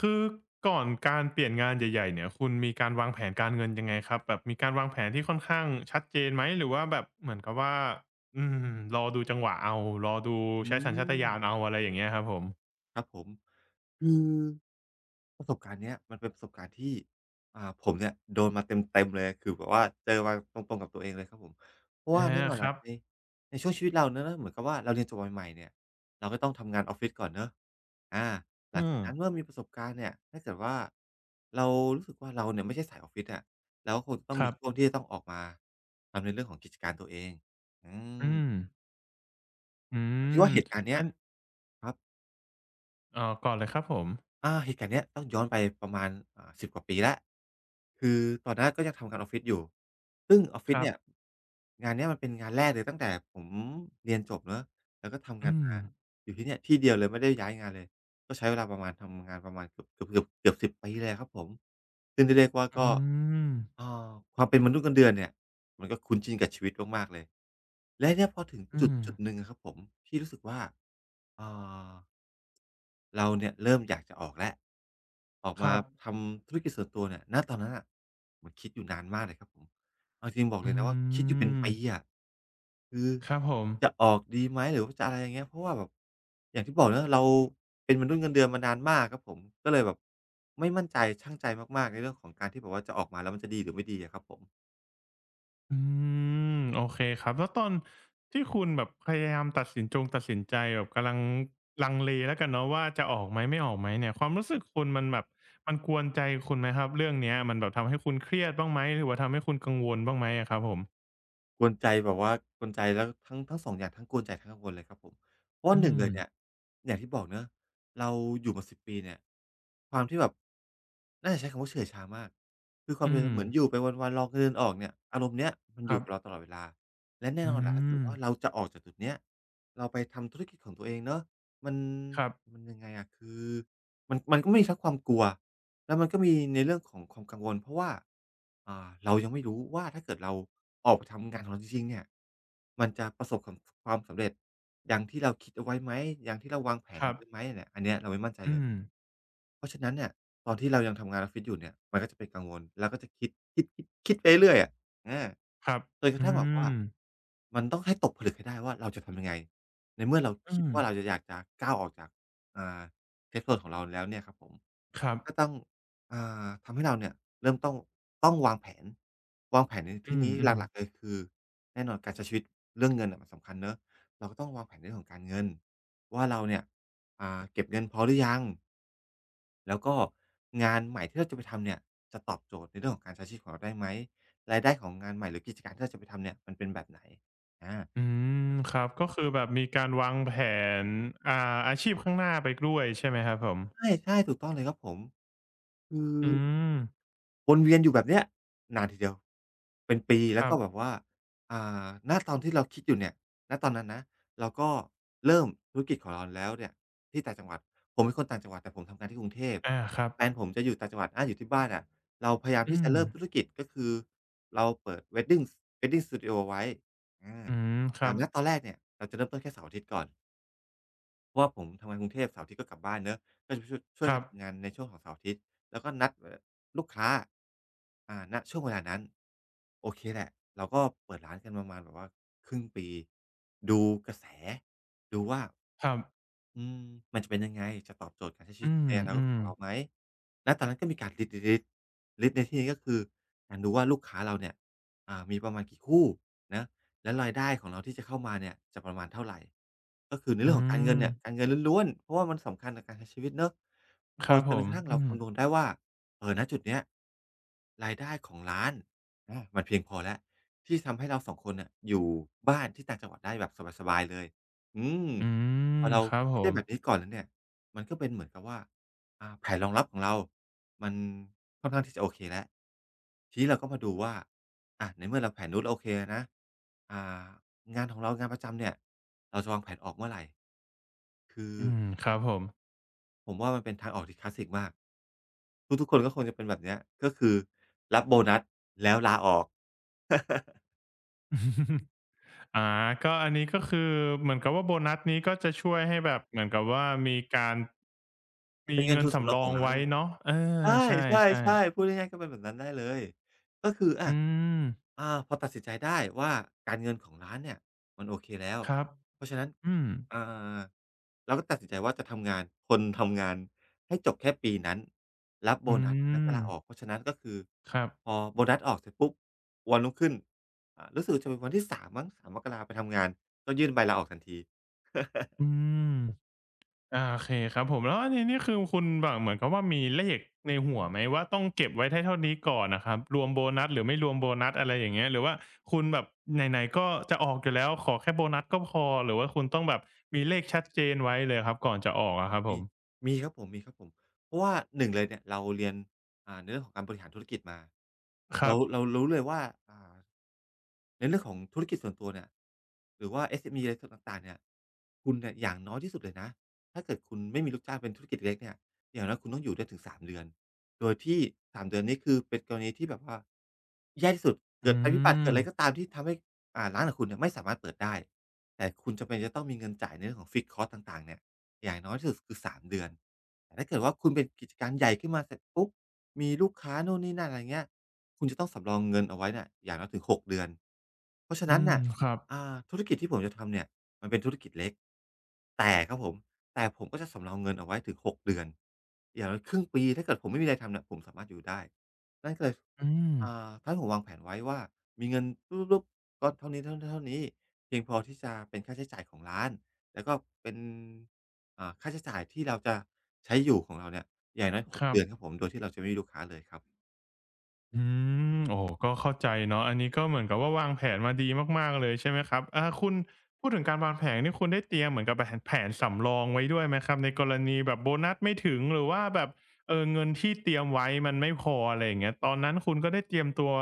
คือก่อนการเปลี่ยนงานใหญ่ๆเนี่ยคุณมีการวางแผนการเงินยังไงครับแบบมีการวางแผนที่ค่อนข้างชัดเจนไหมหรือว่าแบบเหมือนกับว่าอืมรอดูจังหวะเอารอดูอืใช้สัญชาตมญาณเอาอะไรอย่างเงี้ยครับผมครับผมคือประสบการณ์เนี้ยมันเป็นประสบการณ์ที่ผมเนี่ยโดนมาเต็มๆเลยคือแบบว่าเจอมาตรงๆกับตัวเองเลยครับผมเพราะอาว่าแน่นอนคแหละรับในช่วงชีวิตเราเนาะเหมือนกับว่าเราเรียนจบใหม่ๆเนี่ยเราก็ต้องทำงานออฟฟิศก่อนเนาะอาหลังอืมจากนั้นเมื่อมีประสบการณ์เนี่ยถ้าเกิดว่าเรารู้สึกว่าเราเนี่ยไม่ใช่สายออฟฟิศอะเราก็คงจะต้อคงรัมีบช่วงที่จะต้องออกมาทำในเรื่องของกิจการตัวเองอือืมมอืพอดีมว่าเหตุการณ์เนี้อัยนครับ อ่อก่อนเลยครับผมอาเหตุการณ์เนี้ยต้องย้อนไปประมาณ10กว่าปีแล้วคือตอนนั้นก็ยังทำงานออฟฟิศอยู่ซึ่งออฟคฟิศรับเนี่ยงานเนี้ยมันเป็นงานแรกเลยตั้งแต่ผมเรียนจบเนาะแล้วก็ทำงาอืนมมาอยู่ที่เนี่ยที่เดียวเลยไม่ได้ย้ายงานเลยก็ใช้เวลาประมาณทำงานประมาณเกือบ10ปีเลยอะครับผมซึ่งจะเรียกว่าอืก็มอ่าความเป็นมนุษย์เงินเดือนเนี่ยมันก็คุ้นชินกับชีวิตมากๆเลยและเนี่ยพอถึงจอืมุดๆหนึ่งอะครับผมที่รู้สึกว่าอ่า เราเนี่ยเริ่มอยากจะออกแล้วออกคมารับทำธุรกิจส่วนตัวเนี่ยณตอนนั้นน่ะมันคิดอยู่นานมากเลยครับผมเอาจริงบอกเลอืยนะว่าคิดอยู่เป็นมปีอะคือครับผม จะออกดีไหมหรือว่าจะอะไรอย่างเงี้ยเพราะว่าแบบอย่างที่บอกเนาะเราเป็นมนุษย์เงินเดือนมานานมากครับผมก็เลยแบบไม่มั่นใจชั่งใจมากๆในเรื่องของการที่แบบว่าจะออกมาแล้วมันจะดีหรือไม่ดีอะครับผม อืมโอเคครับแล้วตอนที่คุณแบบพยายามตัดสินใจแบบกำลังลังเลแล้วกันเนาะว่าจะออกไหมไม่ออกไหมเนี่ยความรู้สึกคุณมันแบบมันกวนใจคุณไหมครับเรื่องเนี้ยมันแบบทำให้คุณเครียดบ้างไหมหรือว่าทำให้คุณกังวลบ้างไหมอะครับผมกวนใจแบบว่ากวนใจแล้วทั้งสองอย่างทั้งกวนใจทั้งกังวลเลยครับผมเพราะอืว่าหนึ่งมเลยเนี่ยอย่างที่บอกเนาะเราอยู่มาสิบปีเนี่ยความที่แบบน่าจะใช้คำว่าเฉื่อยชามากคือความ อืม เหมือนอยู่ไปวันๆรอเงินเดือนออกเนี่ยอารมณ์เนี้ยมันคอรัยู่บกับเราตลอดเวลาและแน่อืนอนแหละถ้าเกิดมว่าเราจะออกจากจุดเนี้ยเราไปทำธุรกิจของตัวเองเนาะมันครับมันยังไงอะคือมันก็มีทั้งความกลัว แล้วมันก็มีในเรื่องของความกังวลเพราะว่าเรายังไม่รู้ว่าถ้าเกิดเราออกไปทำงานของเราจริงๆเนี่ยมันจะประสบความความสำเร็จอย่างที่เราคิดเอาไว้ไหมอย่างที่เราวางแผคนรัเอาบไว้ไหมเนี่ยอันเนี้ยเราไม่มั่นใจอืเลยมเพราะฉะนั้นเนี่ยตอนที่เรายังทำงานออฟฟิศอยู่เนี่ยมันก็จะเป็นกังวลแล้วก็จะคิดคิดไปเรื่อยอะอาครับจนกระอืทั่งแบบว่ามมันต้องให้ตกผลึกให้ได้ว่าเราจะทำยังไงในเมื่อเราอืคิดมว่าเราจะอยากจะก้าวออกจากอ่าเซฟโซนของเราแล้วเนี่ยครับผมครับก็ต้อง อ่ทำให้เราเนี่ยเริ่มต้องวางแผนวางแผนในอืที่มนี้อืหมลักๆเลยคือแน่นอนการใช้ชีวิตเรื่องเงินน่ะมันสำคัญเนาะเราก็ต้องวางแผนเรื่องของการเงินว่าเราเนี่ยเก็บเงินพอหรือยังแล้วก็งานใหม่ที่เราจะไปทำเนี่ยจะตอบโจทย์ในเรื่องของการใช้ชีวิตของเราได้ไหมรายได้ของงานใหม่หรือกิจการที่เราจะไปทำเนี่ยมันเป็นแบบไหนอาอืมครับก็คือแบบมีการวางแผนอ่าอาชีพข้างหน้าไปด้วยใช่ไหมครับผม ใช่ๆถูกต้องเลยครับผมคือ อืมวนเวียนอยู่แบบเนี้ยนานทีเดียวเป็นปีคแล้วรัก็แบบบว่าอ่ณตอนที่เราคิดอยู่เนี่ยณตอนนั้นนะเราก็เริ่มธุรกิจของเราแล้วเนี่ยที่ต่างจังหวัดผมเป็นคนต่างจังหวัดแต่ผมทำงานที่กรุงเทพอาครับแฟนผมจะอยู่ต่างจังหวัดอาอยู่ที่บ้านอะเราพยายามอืที่จะมเริ่มธุรกิจก็คือเราเปิด Wedding Studio ไว้อาอืมคแต่รับณตอนแรกเนี่ยเราจะเริ่มต้นแค่เสาร์อาทิตย์ก่อน เพราะว่าผมทำงานกรุงเทพเสาร์อาทิตย์ก็กลับบ้านเนาะก็จะช่วยช่วคยรักันบทำงานในช่วงของเสาร์อาทิตย์แล้วก็นัดลูกค้าณช่วงเวลานั้นโอเคแหละเราก็เปิดร้านกันประมาณแบบว่าครึ่งปีดูกระแสดูว่าครับอืมมันจะเป็นยังไงจะตอบโจทย์การใช้ชีอืวิตในมอนาอืคตมของเราไหมณตอนนั้นก็มีการลิสต์ลิสต์ลิสต์ในที่นี้ก็คือการดูว่าลูกค้าเราเนี่ยมีประมาณกี่คู่นะ แล้รายได้ของเราที่จะเข้ามาเนี่ยจะประมาณเท่าไรก็คือในเรื่อืองของการเงินมเนี่ยการเงินล้วนๆเพราะว่ามันสำคัญกับการใช้ชีวิตเนาะคพอรับจผนกมระทั่งอืเรามคำนวณได้ว่าเออณจุดเนี้ยรายได้ของร้านมันเพียงพอแล้วที่ทำให้เราสองคนน่ะอยู่บ้านที่ต่างจังหวัดได้แบบสบายๆเลยอืมอืพมอเราครับผคิดได้มแบบนี้ก่อนแล้วเนี่ยมันก็เป็นเหมือนกับว่าแผนรองรับของเรามันค่อนข้างที่จะโอเคแล้วทีนี้เราก็มาดูว่า ในเมื่อเราแผนนู้นเราโอเคนะอ่างานของเรางานประจำเนี่ยเราจะวางแผนออกเมื่อไหร่คืออืมครับผมผมว่ามันเป็นทางออกที่คลาสสิกมากทุกๆคนก็คงจะเป็นแบบเนี้ยก็คือรับโบนัสแล้วลาออก อาก็อันนี้ก็คือเหมือนกับว่าโบนัสนี้ก็จะช่วยให้แบบเหมือนกับว่ามีการมีเป็นเงินเงินทุนสำรสำรองอของงร้านไว้เลย เนาะเออใช่ใชใช่่ใช่ๆพูดง่ายๆก็เป็นแบบนั้นได้เลยก็คืออะอืมพอตัดสินใจได้ว่าการเงินของร้านเนี่ยมันโอเคแล้วครับเพราะฉะนั้นอืมอ่าเราก็ตัดสินใจว่าจะทำงานทนทำงานให้จบแค่ปีนั้นรับโบอืนัสแล้วก็มลาออกเพราะฉะนั้นก็คือครับพอโบนัสออกเสร็จปุ๊บวันรุ่งขึ้นรู้สึกจะเป็นวันที่สามมั้ง3มมกราไปทำงานก็ยื่นใบลาออกทันที อืม อาโอเคครับผมแล้วอันนี้นี่คือคุณแบบเหมือนกับว่ามีเลขในหัวไหมว่าต้องเก็บไว้ได้เท่านี้ก่อนน่ะครับรวมโบนัสหรือไม่รวมโบนัสอะไรอย่างเงี้ยหรือว่าคุณแบบไหนๆก็จะออกอยู่แล้วขอแค่โบนัสก็พอหรือว่าคุณต้องแบบมีเลขชัดเจนไว้เลยครับก่อนจะออกอะครับผมีมมีครับผมเพราะว่าหนึ่งเลยเนี่ยเราเรียนในเรื่องของการบริหารธุรกิจมาครัเราบเรารู้เลยว่าอ่า ในเรื่องของธุรกิจส่วนตัวเนี่ยหรือว่า SME อสเอ็มอีอะไรต่างๆเนี่ยคุณเนี่ยอย่างน้อยที่สุดเลยนะถ้าเกิดคุณไม่มีลูกจ้างเป็นธุรกิจเล็กเนี่ยอย่างน้อยคุณต้องอยู่ได้ถึงสามเดือนโดยที่สามเดือนนี้คือเป็นกรณีที่แบบว่าแย่ที่สุดเกิอืดภัยพิบัติมเกิดอะไรก็ตามที่ทำให้ร้านของคุณเนี่ยไม่สามารถเปิดได้แต่คุณจำเป็นจะต้องมีเงินจ่ายในเรื่องของ Fixed Cost ต่างๆเนี่ยอย่างน้อยที่สุดคือ3เดือนแต่ถ้าเกิดว่าคุณเป็นกิจการใหญ่ขึ้นมาเสร็จปุ๊บมีลูกค้านู่นนี่นั่นอะไรเงี้ย คุณจะต้องสำรองเงินเอาไว้เนี่ยอย่างน้อยถึง6เดือนเพราะฉะอืนั้นมน่ะครับธุรกิจที่ผมจะทำเนี่ย มันเป็นธุรกิจเล็กแต่ครับผมแต่ผมก็จะสำรองเงินเอาไว้ถึง6เดือนอย่างน้อยครึ่งปี ถ้าเกิดผมไม่มีอะไรทำเนี่ยผมสามารถอยู่ได้นั่นก็เลยอืมทำให้ผมวางแผนไว้ว่ามีเงินปุ๊บๆๆก้อนเท่านี้ๆานนเท่านี้ เพียงพอที่จะเป็นค่าใช้จ่ายของร้านแล้วก็เป็นค่าใช้จ่ายที่เราจะใช้อยู่ของเราเนี่ยอย่างน้อยหคกรัเดือนครับ บผมโดยที่เราจะไม่มีลูกค้าเลยครับ อืมโอ้โฮก็เข้าใจเนาะอันนี้ก็เหมือนกับว่าวางแผนมาดีมากๆเลยใช่ไหมครับคุณพูดถึงการวางแผนนี่คุณได้เตรียมเหมือนกับแผนสำรองไว้ด้วยไหมครับในกรณีแบบโบนัสไม่ถึงหรือว่าแบบเงินที่เตรียมไว้มันไม่พออะไรอย่างเงี้ยตอนนั้นคุณก็ได้เตรียมตัว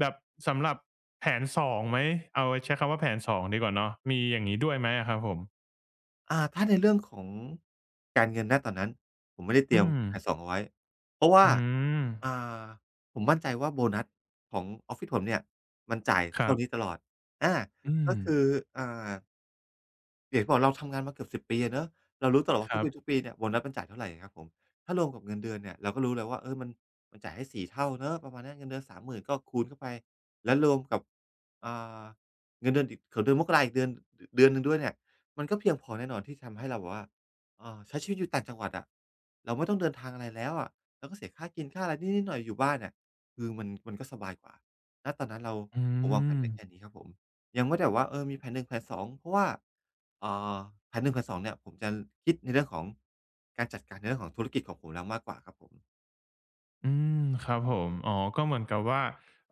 แบบสำหรับแผน2ไหมเอาใช้คำว่าแผนสองดีกว่าเนาะมีอย่างงี้ด้วยไหมอะครับผมถ้าในเรื่องของการเงินณตอนนั้นผมไม่ได้เตรีอืยมม1สองเอาไว้เพราะว่าอืมอ่าผมมั่นใจว่าโบนัสของออฟฟิศผมเนี่ยมันจ่ายครัเท่านี้บตลอดอาอืก็มคืออ่า เห็บอกเราทำงานมาเกือบสิบปีอะเนาะเรารู้ตลอดคว่าทุรักปีทุกบปีเนี่ยโบนัสมันจ่ายเท่าไรอะครับผมถ้ารวมกับเงินเดือนเนี่ยเราก็รู้แล้วว่าเออมันจ่ายให้สี่เท่าเนาะประมาณเนี้ยเงินเดือนสามหมื่นก็คูณเข้าไปแล้วรวมกับอ่าเงินเดือนอีกของเดือนมกราอีกเดือนดเดือนหนึ่งด้วยเนี่ยมันก็เพียงพอแน่นอนที่ทำให้เราแบบว่าเอ่าใช้ชีวิตอยู่ต่างจังหวัดอะเราไม่ต้องเดินทางอะไรแล้วอะเราก็เสียค่ากินค่าอะไรนิดๆหน่อยๆอยู่บ้านเนี่ยคือมันก็สบายกว่าณตอนนั้นเราอืผมวางแผม นไว้แค่นี้ครับผมยังไม่ได้แบบว่าเออมีแผนหนึ่งแผนสองเพราะว่า อ่าพันหนึ่งพันสองเนี่ยผมจะคิดในเรื่องของการจัดการในเรื่องของธุรกิจของผมแล้วมากกว่าครับผมอืมครับผมอ๋อก็เหมือนกับว่า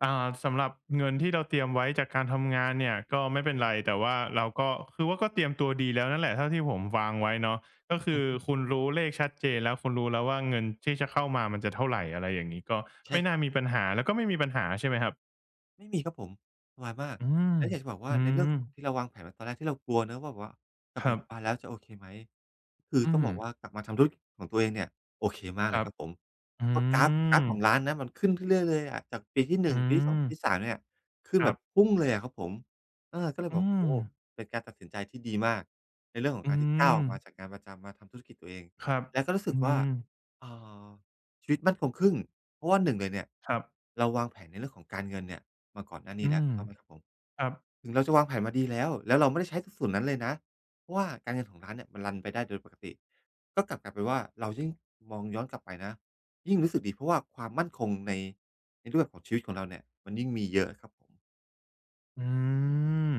อ่าสำหรับเงินที่เราเตรียมไว้จากการทำงานเนี่ยก็ไม่เป็นไรแต่ว่าเราก็คือว่าก็เตรียมตัวดีแล้วนั่นแหละเท่าที่ผมวางไว้เนาะก็คืออือคุณรู้เลขชัดเจนแล้วคุณรู้แล้วว่าเงินที่จะเข้ามามันจะเท่าไรอะไรอย่างนี้ก็ใช่ไม่คน่ารับมีปัญหาแล้วก็ไม่มีปัญหาใช่ไหมครับๆไม่มีครับผมสบายมากอืมแล้วอยากจะบอกว่าอืในเรื่องมของที่เราวางแผนไว้ตอนแรกที่เรากลัวเนาะว่าแบบว่ากลัคบรัมาอยู่บ้าบนแล้วจะโอเคไหม คืออืต้องมบอกว่ากลับมาทำธุรกิจของตัวเองเนี่ยโอเคมากคเลรัยบครับผมอืเพราะกราฟมของร้านนะมันขึ้นเรื่อยๆเลยอะจากปีที่อื1ปีที่2มปีที่สามเนี่ยขึ้คนรัแบบบพุ่งเลยอะครับผมเออก็เลยบอือกมโอ้โฮเป็นการตัดสินใจที่ดีมากในเรื่องของอืการที่ก้าวมออกมาจากงานประจำมาทำธุรกิจตัวเองครับแล้วก็รู้สึอืกว่ามเอ่อชีวิตมั่นคงขึ้นเพราะว่าหนึ่งเลยเนี่ยครับเราวางแผนในเรื่องของการเงินเนี่ยมาก่อนหน้าอืนี้แล้วมถูกต้องไหมครับผม ครับ ถึงเราจะวางแผนมาดีแล้ว แล้วเราไม่ได้ใช้ส่วนนั้นเลยนะเพราะว่าการเงินของร้านเนี่ยมันรันไปได้โดยปกติก็กลับกลายเป็นว่าเรายิ่งมองย้อนกลับไปนะยิ่งรู้สึกดีเพราะว่าความมั่นคงในรูปแบบของชีวิตของเราเนี่ยมันยิ่งมีเยอะครับผม อืม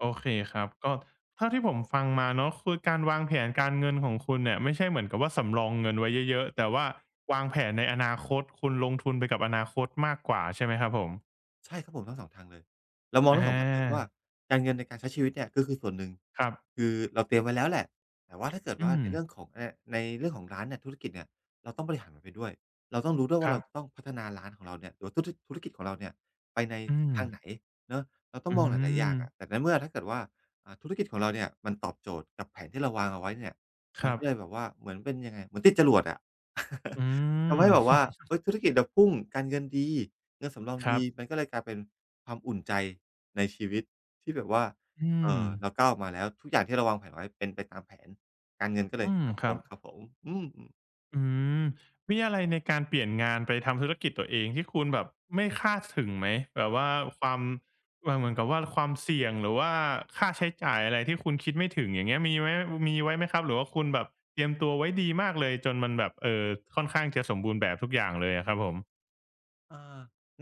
โอเคครับก็เท่าที่ผมฟังมาเนาะคือการวางแผนการเงินของคุณเนี่ยไม่ใช่เหมือนกับว่าสำรองเงินไว้เยอะๆแต่ว่าวางแผนในอนาคตคุณลงทุนไปกับอนาคตมากกว่าใช่ไหมครับผมใช่ครับผมทั้งสองทางเลยเรามองอทั้งอสองแบบเลยว่าาการเงินในการใช้ชีวิตเนี่ยก็คือส่วนหนึ่งครับคือเราเตรียมไว้แล้วแหละแต่ว่าถ้าเกิดอืว่ามในเรื่องของในเรื่องของร้านเนี่ยธุรกิจเนี่ยเราต้องบริหารมันไปด้วยเราต้องรู้ด้วยคว่ารัเราบจะต้องพัฒนาร้านของเราเนี่ยหรือว่าธุรกิจของเราเนี่ยไปในอืทิศมทางไหนเนาะเราต้ออืงมองหลายๆอย่ามงอะแต่ในเมื่อถ้าเกิดว่าธุรกิจของเราเนี่ยมันตอบโจทย์กับแผนที่เราวางเอาไว้เนี่ยคมันรับก็เลยแบบว่าเหมือนเป็นยังไงเหมือนติดจรวดอะ อื ม ทำให้แบบว่า เฮ้ยธุรกิจเราพุ่งการเงินดี เงินสำรองครัดีบมันก็เลยกลายเป็นความอุ่นใจในชีวิตที่แบบว่าอืมเราก้าวออกมาแล้วทุกอย่างที่เราวางแผนไว้เป็นไปตามแผนการเงินก็เลยอืมมั่นคครับ งครับผมอืมอืมมีอะไรในการเปลี่ยนงานไปทำธุรกิจตัวเองที่คุณแบบไม่คาดถึงไหมแบบว่าความว่าเหมือนกับว่าความเสี่ยงหรือว่าค่าใช้จ่ายอะไรที่คุณคิดไม่ถึงอย่างเงี้ยมีไว้ไหมครับหรือว่าคุณแบบเตรียมตัวไว้ดีมากเลยจนมันแบบค่อนข้างจะสมบูรณ์แบบทุกอย่างเลยอะครับผมอา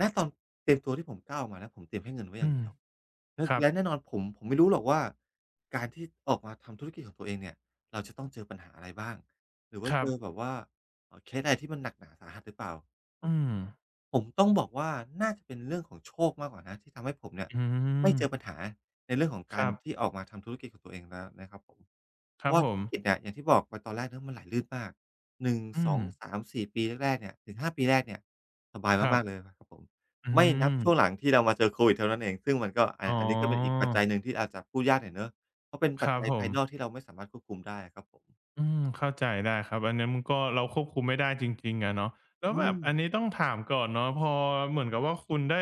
ณตอนเตรียมตัวที่ผมก้าวออกมานะผมเตรียมแค่เงินไว้ออืย่างมเดียวและครับและแน่นอนผมไม่รู้หรอกว่าการที่ออกมาทำธุรกิจของตัวเองเนี่ยเราจะต้องเจอปัญหาอะไรบ้างหรือคว่ารัเจอแบบบว่าเคสอะไรที่มันหนักหนาสาหัสหรือเปล่า อืมผมต้องบอกว่าน่าจะเป็นเรื่องของโชคมากกว่านะที่ทำให้ผมเนี่ยอืไม่มเจอปัญหาในเรื่องของคการรับที่ออกมาทำธุรกิจของตัวเองแล้วนะครับผมคเพรับราะว่าผธุมรกิจเนี่ยอย่างที่บอกไปตอนแรกเนาะมันไหลลื่นมากหนึ่งอืสอมงสามสี่ปีแรกๆเนี่ยถึงห้าปีแรกเนี่ยสบายครัมากๆเลยบนะครับผมอืไม่นับมช่วงหลังที่เรามาเจอโควิดเท่านั้นเองซึ่งมันก็อ๋ออันนี้ก็เป็นอีกปัจจัยหนึ่งที่อาจจะพูดยากหน่อยเนาะเพราะเป็นคปัจรับจัยผภาม ยนอกที่เราไม่สามารถควบคุมได้อะครับผมอืมเข้าใจได้ครับอันนั้นมันก็เราควบคุมไม่ได้จริงๆอะเนาะแล้วอืแบบมอันนี้ต้องถามก่อนเนาะพอเหมือนกับว่าคุณได้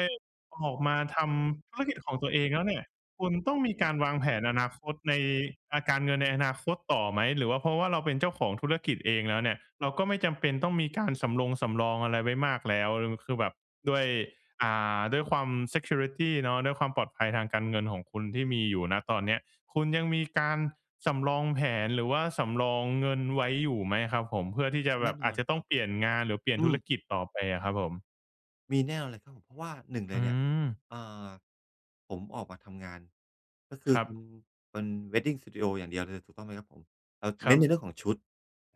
ออกมาทำธุรกิจของตัวเองแล้วเนี่ยคุณต้องมีการวางแผนอนาคตในการเงินในอนาคตต่อไหมหรือว่าเพราะว่าเราเป็นเจ้าของธุรกิจเองแล้วเนี่ยเราก็ไม่จำเป็นต้องมีการสำรองอะไรไว้มากแล้วหรือคือแบบด้วย อ่ด้วยความ security เนาะด้วยความปลอดภัยทางการเงินของคุณที่มีอยู่ณตอนเนี้ยคุณยังมีการสำรองแผนหรือว่าสำรองเงินไว้อยู่ไหมครับผมเพื่อที่จะแบแน่บนอาอจนจะต้คองรับเปผมลี่ยนงานหรือเปลี่ยนอืธุม รกิจต่อไปอะครับผมมีแน่นอนเลยครับผมเพราะว่าหนึ่งเลยอืเนี่ยมอ่าผมออกมาทำงานก็คืคอรับทำเป็น Wedding Studio อย่างเดียวเลยถูกต้องไหมครับผมเราครัเน้บนในเรื่องของชุด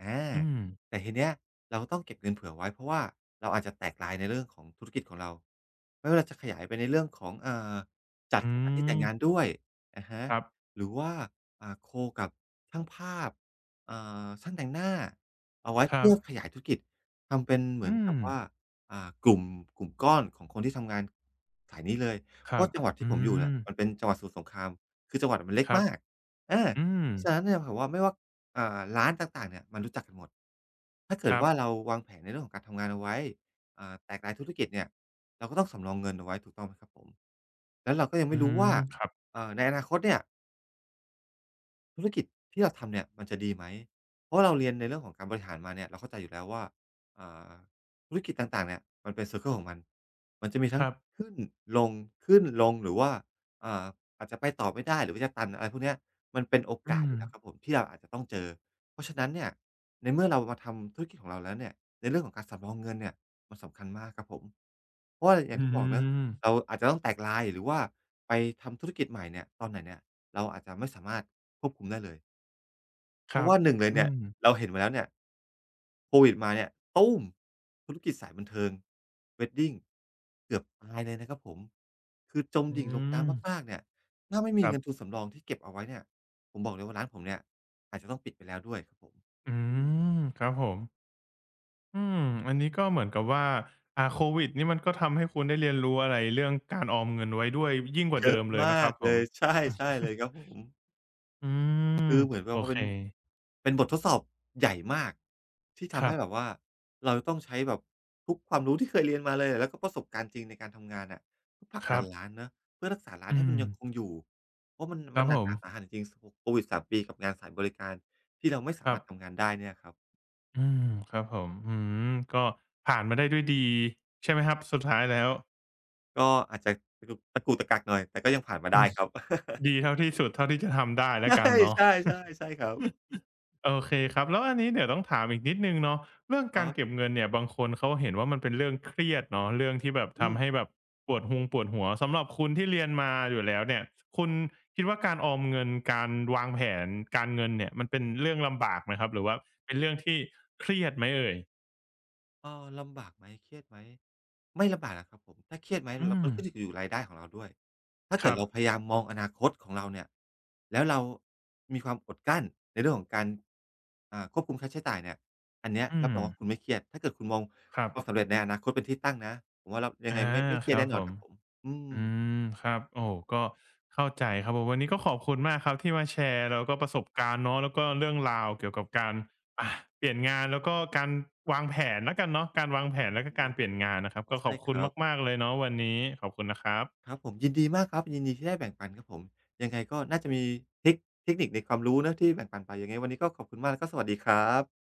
อาอืมแต่ทีเนี้ยเราต้องเก็บเงินเผื่อไว้เพราะว่าเราอาจจะแตกลายในเรื่องของธุรกิจของเราไม่ว่าเราจะขยายไปในเรื่องของจัดอืสถานที่แต่มงงานด้วยอะฮะครับหรือว่าโคกับช่างภาพอ่าช่างแต่งหน้าเอาไว้ครัเพื่อขบยายธุรกิจทำเป็นเหมือนอืมกับว่า อ่ากลุ่มกลุ่มก้อนของคนที่ทำงานสายนี้เลย คเพราะรับว่าจังหวัดที่อืผมอยู่เนี่ยมมันเป็นจังหวัดสมุทรสงครามคือจังหวัดมันเล็คกรับมากอาอืมเพราะฉะนั้นเนี่ยแบบว่าไม่ว่าร้านต่างๆเนี่ยมันรู้จักกันหมดถ้าคเกิดรับว่าเราวางแผนในเรื่องของการทำงานเอาไว้แตกรายธุรกิจเนี่ยเราก็ต้องสำรองเงินเอาไว้ถูกต้องไหมครับผมแล้วเราก็ยังอืไม่รู้ว่ามครับในอนาคตเนี่ย ธุรกิจที่เราทำเนี่ยมันจะดีไหม เพราะเราเรียนในเรื่องของการบริหารมาเนี่ยเราเข้าใจอยู่แล้วว่าอ่าธุรกิจต่างๆเนี่ยมันเป็นไซเกิลของมันมันจะมีคทั้งรับขึ้นลงขึ้นลงหรือว่าอ่าอาจจะไปต่อไม่ได้หรือว่าจะตันอะไรพวกเนี้ยมันเป็นโออืกาสมอยู่แล้วครับผมที่เราอาจจะต้องเจอ เพราะฉะนั้นเนี่ยในเมื่อเรามาทำธุรกิจของเราแล้วเนี่ยในเรื่องของการสำรองเงินเนี่ยมันสำคัญมากครับผมเพราะว่าออืย่างที่บอกเนาะ เรามอาจจะต้องแตกลายหรือว่าไปทำธุรกิจใหม่เนี่ยตอนไหนเนี่ยเราอาจจะไม่สามารถควบคุมได้เลยคเพรัราะบว่าหนึ่งเลยอืเนี่ยมเราเห็นมาแล้วเนี่ยโควิดมาเนี่ยตู้มธุรกิจสายบันเทิง Wedding เกือบตายเลยนะครับผมคือจมอืดิ่งลงมน้ำมากๆเนี่ยถ้าไม่คมีรัเงินทุบ นสำรองที่เก็บเอาไว้เนี่ยผมบอกเลยว่าร้านผมเนี่ยอาจจะต้องปิดไปแล้วด้วยครับผมอือืมมครับผมอืมอันนี้ก็เหมือนกับว่าโควิดนี่มันก็ทำให้คุณได้เรียนรู้อะไรเรื่องการออมเงินไว้ด้วยยิ่งกว่าเยเดิอะมเลยไหมคมารักบผเลม ยใช่ใช่เลยค รับผม อืมคือเหมือนแบโอบว่าเคเป็นบททดสอบใหญ่มากที่คทำรับให้แบบว่าเราจะต้องใช้แบบทุกความรู้ที่เคยเรียนมาเลยแล้วก็ประสบการณ์จริงในการทำงานอะเพื่อผลักครัดันบร้านเนาะเพื่อรักษาร้านอืให้มัมนยังคงอยู่เพราะครัมับนหผนักหมนาสาหัสจริงๆสโควิด3 ปีกับงานสายบริการที่เราไม่คสารัมาบรถทำงานได้เนี่ยครับอืมครับผมอืมก็ผ่านมาได้ด้วยดีใช่ไหมครับสุดท้ายแล้ว ก็อาจจะตะกุกตะกักหน่อยแต่ก็ยังผ่านมาอืได้มครับ ดีเท่าที่สุดเท่าที่จะทำได้แล้ใวกันเนาะ ช่ๆๆใช่ครับโอเคครับแล้วอันนี้เดี๋ยวต้องถามอีกนิดนึงเนาะเรื่องคการัรเก็บบเงินเนี่ยบางคนเขาเห็นว่ามันเป็นเรื่องเครียดเนาะเรื่องที่แบบอืม ทำให้แบบปวดหัวสำหรับคุณที่เรียนมาอยู่แล้วเนี่ยคุณคิดว่าการออมเงินการวางแผนการเงินเนี่ยมันเป็นเรื่องลำบากไหมครับหรือว่าเป็นเรื่องที่เครียดไหมเอ่ยเออลำบากไหมเครียดไหมไม่ลำบากนะครับผมถ้าเครียดไหมอืรมมันขึ้นอยู่กับรายได้ของเราด้วยถ้าคเกิดรับเราพยายามมองอนาคตของเราเนี่ยแล้วเรามีความอดกลั้นในเรื่องของการควบคุมค่าใช้จ่ายเนี่ยอันเนี้ยอืรับรมองว่าคุณไม่เครียดถ้าเกิดคุณมองครับความสำเร็จในอนาคตเป็นที่ตั้งนะผมว่าเรายังไงอาไม่เคครียดรับแน่นผอนม ครับผมอืม อืมครับโอ้ก็เข้าใจครับผมวันนี้ก็ขอบคุณมากครับที่มาแชร์แล้วก็ประสบการณ์เนาะแล้วก็เรื่องราวเกี่ยวกับการอ่าเปลี่ยนงานแล้วก็การวางแผนแล้วกันเนาะการวางแผนแล้วก็การเปลี่ย นงานนะครับก็ขอใช่บคคุณรับมากๆเลยเนาะวันนี้ขอบคุณนะครับครับผมยินดีมากครับยินดีที่ได้แบ่งปันครับผมยังไงก็น่าจะมีเทคเทคนิคในความรู้เนาะที่แบ่งปันไปยังไงวันนี้ก็ขอบคุณมากแล้วก็สวัสดีครับ